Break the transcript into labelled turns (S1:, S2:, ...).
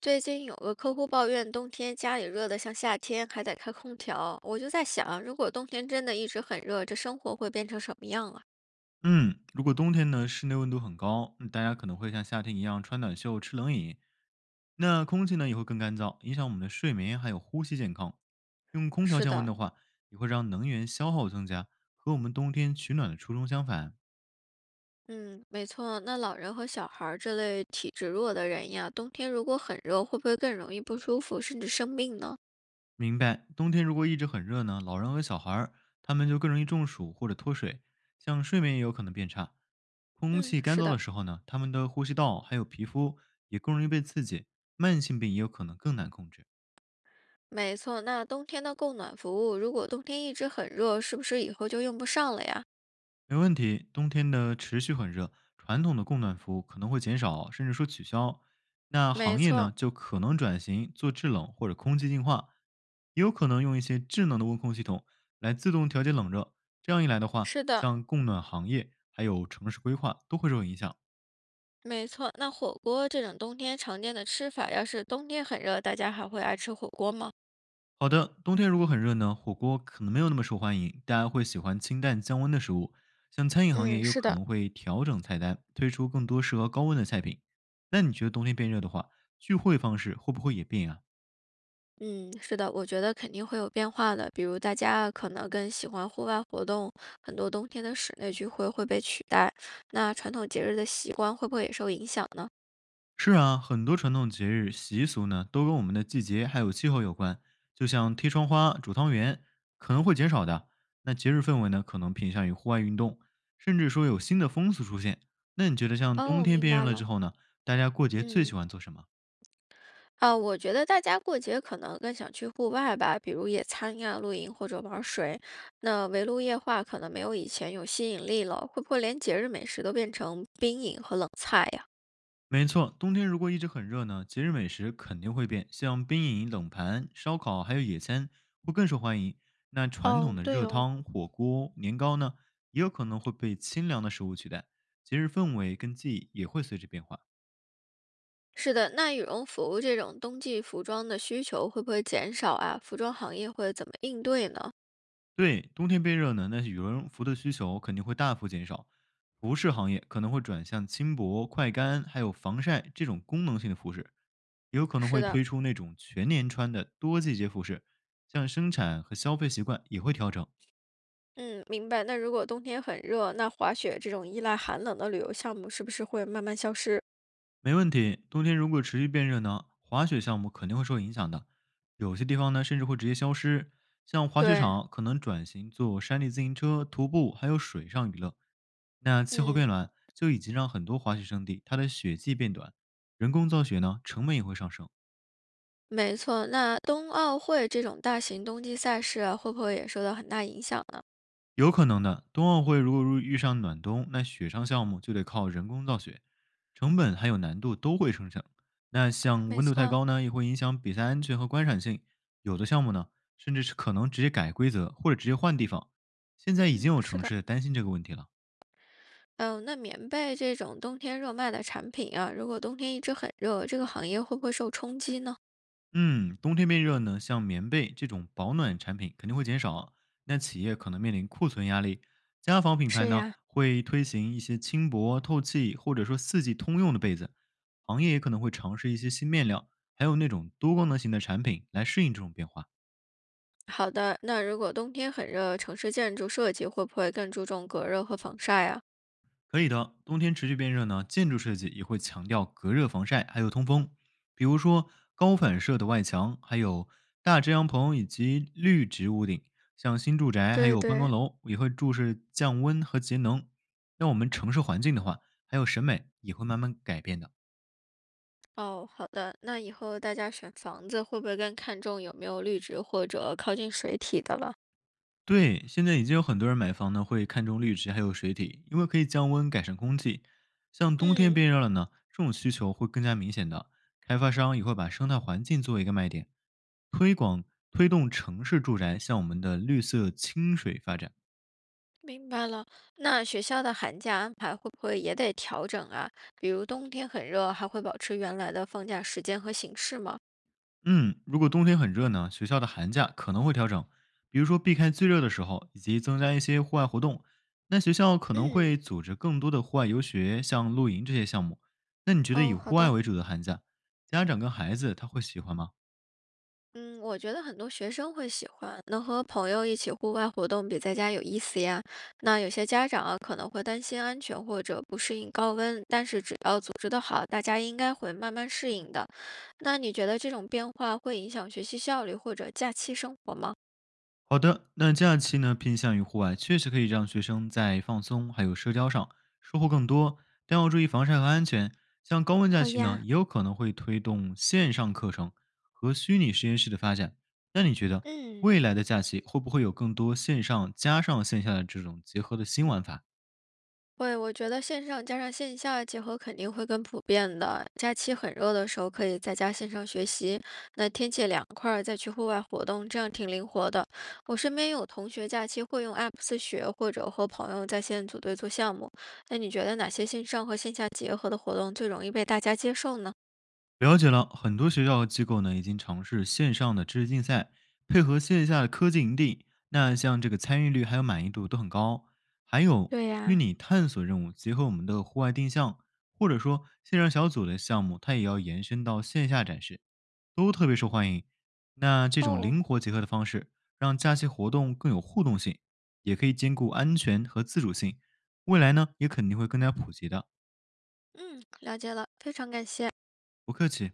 S1: 最近有个客户抱怨，冬天家里热得像夏天，还得开空调。我就在想，如果冬天真的一直很热，这生活会变成什么样啊？
S2: 嗯，如果冬天呢，室内温度很高，大家可能会像夏天一样穿短袖、吃冷饮，那空气呢也会更干燥，影响我们的睡眠还有呼吸健康。用空调
S1: 是
S2: 降温
S1: 的，
S2: 的话，也会让能源消耗增加，和我们冬天取暖的初衷相反。
S1: 嗯，没错。那老人和小孩儿这类体质弱的人呀，冬天如果很热，会不会更容易不舒服，甚至生病呢？
S2: 明白，冬天如果一直很热呢，老人和小孩儿他们就更容易中暑或者脱水，像睡眠也有可能变差。空
S1: 嗯，
S2: 气干
S1: 是
S2: 燥
S1: 的，
S2: 的时候呢，他们的呼吸道还有皮肤也更容易被刺激，慢性病也有可能更难控制。
S1: 没错。那冬天的供暖服务，如果冬天一直很热，是不是以后就用不上了呀？
S2: 没问题，冬天的持续很热，传统的供暖服务可能会减少，甚至说取消。那
S1: 没
S2: 行业
S1: 错，
S2: 呢，就可能转型做制冷或者空气净化，也有可能用一些智能的温控系统来自动调节冷热。这样一来的话，
S1: 是的。
S2: 像供暖行业还有城市规划都会受影响。
S1: 没错，那火锅这种冬天常见的吃法，要是冬天很热，大家还会爱吃火锅吗？
S2: 好的，冬天如果很热呢，火锅可能没有那么受欢迎，大家会喜欢清淡降温的食物。像餐饮行业
S1: 嗯，
S2: 也有
S1: 是
S2: 可
S1: 的，
S2: 能会调整菜单，推出更多适合高温的菜品。那你觉得冬天变热的话，聚会方式会不会也变啊？
S1: 嗯，是的，我觉得肯定会有变化的。比如大家可能更喜欢户外活动，很多冬天的室内聚会会被取代。那传统节日的习惯会不会也受影响呢？
S2: 是啊，很多传统节日习俗呢，都跟我们的季节还有气候有关。就像贴窗花、煮汤圆，可能会减少的。那节日氛围呢，可能偏向于户外运动，甚至说有新的风俗出现。那你觉得像
S1: 哦，
S2: 冬
S1: 我
S2: 天
S1: 明
S2: 变热
S1: 白
S2: 了
S1: 了。
S2: 之后呢，大家过节最
S1: 嗯。
S2: 喜欢做什么？
S1: 啊，我觉得大家过节可能更想去户外吧，比如野餐呀、露营或者玩水。那围炉夜话可能没有以前有吸引力了，会不会连节日美食都变成冰饮和冷菜呀？
S2: 没错，冬天如果一直很热呢，节日美食肯定会变，像冰饮、冷盘、烧烤还有野餐会更受欢迎。那传
S1: 哦，
S2: 统的
S1: 对
S2: 热
S1: 哦，
S2: 汤、火锅、年糕呢，也有可能会被清凉的食物取代，节日氛围跟记忆也会随之变化。
S1: 是的，那羽绒服这种冬季服装的需求会不会减少啊？服装行业会怎么应对呢？
S2: 对，冬天变热呢，那羽绒服的需求肯定会大幅减少，服饰行业可能会转向轻薄、快干，还有防晒这种功能性的服饰，也有可能
S1: 是
S2: 会
S1: 的，
S2: 推出那种全年穿的多季节服饰，像生产和消费习惯也会调整。
S1: 嗯，明白。那如果冬天很热，那滑雪这种依赖寒冷的旅游项目是不是会慢慢消失？
S2: 没问题，冬天如果持续变热呢，滑雪项目肯定会受影响的，有些地方呢甚至会直接消失，像滑雪
S1: 对，
S2: 场可能转型做山地自行车、徒步还有水上娱乐。那气候
S1: 嗯。
S2: 变暖就已经让很多滑雪胜地它的雪季变短，人工造雪呢成本也会上升，
S1: 没错，那冬奥会这种大型冬季赛事啊，会不会也受到很大影响呢？
S2: 有可能的。冬奥会如果如遇上暖冬，那雪上项目就得靠人工造雪，成本还有难度都会上成。那像
S1: 没
S2: 温度太
S1: 错，
S2: 高呢，也会影响比赛安全和观赏性。有的项目呢，甚至是可能直接改规则或者直接换地方。现在已
S1: 嗯，
S2: 经有
S1: 是
S2: 城
S1: 的。
S2: 市担心这个问题了。
S1: 嗯，那棉被这种冬天热卖的产品啊，如果冬天一直很热，这个行业会不会受冲击呢？
S2: 嗯，冬天变热呢，像棉被这种保暖产品肯定会减少，那企业可能面临库存压力。家纺品牌
S1: 是
S2: 呢
S1: 呀，
S2: 会推行一些轻薄、透气或者说四季通用的被子，行业也可能会尝试一些新面料，还有那种多功能型的产品来适应这种变化。
S1: 好的，那如果冬天很热，城市建筑设计会不会更注重隔热和防晒啊？
S2: 可以的，冬天持续变热呢，建筑设计也会强调隔热、防晒还有通风，比如说高反射的外墙，还有大遮阳棚以及绿植屋顶。像新住宅还
S1: 对
S2: 有办公
S1: 对，
S2: 楼也会注视降温和节能。那我们城市环境的话，还有审美也会慢慢改变的。
S1: 哦，好的，那以后大家选房子会不会更看重有没有绿植或者靠近水体的了？
S2: 对，现在已经有很多人买房呢，会看中绿植还有水体，因为可以降温、改善空气。像冬天
S1: 嗯，
S2: 变热了呢，这种需求会更加明显的。开发商也会把生态环境作为一个卖点，推广推动城市住宅向我们的绿色清水发展。
S1: 明白了，那学校的寒假安排会不会也得调整啊？比如冬天很热，还会保持原来的放假时间和形式吗？
S2: 嗯，如果冬天很热呢，学校的寒假可能会调整，比如说避开最热的时候，以及增加一些户外活动。那学校可能
S1: 嗯，
S2: 会组织更多的户外游学，像露营这些项目。那你觉得以
S1: 哦，好
S2: 户外
S1: 的，
S2: 为主的寒假，家长跟孩子他会喜欢吗？
S1: 嗯，我觉得很多学生会喜欢，能和朋友一起户外活动比在家有意思呀。那有些家长啊可能会担心安全或者不适应高温，但是只要组织得好，大家应该会慢慢适应的。那你觉得这种变化会影响学习效率或者假期生活吗？
S2: 好的，那假期呢偏向于户外，确实可以让学生在放松还有社交上收获更多，但要注意防晒和安全。像高温假
S1: 好
S2: 期呢，
S1: 呀。
S2: 也有可能会推动线上课程和虚拟实验室的发展。那你觉得
S1: 嗯，
S2: 未来的假期会不会有更多线上加上线下的这种结合的新玩法？
S1: 会，我觉得线上加上线下结合肯定会更普遍的。假期很热的时候，可以在家线上学习；那天气凉快儿，再去户外活动，这样挺灵活的。我身边有同学假期会用 App 自学，或者和朋友在线组队做项目。那你觉得哪些线上和线下结合的活动最容易被大家接受呢？
S2: 了解了，很多学校和机构呢已经尝试线上的知识竞赛，配合线下的科技营地，那像这个参与率还有满意度都很高。还有
S1: 对
S2: 虚
S1: 呀、
S2: 拟探索任务，结合我们的户外定向，或者说线上小组的项目，它也要延伸到线下展示，都特别受欢迎。那这种
S1: 哦，
S2: 灵活结合的方式，让假期活动更有互动性，也可以兼顾安全和自主性。未来呢，也肯定会更加普及的。
S1: 嗯，了解了，非常感谢。
S2: 不客气。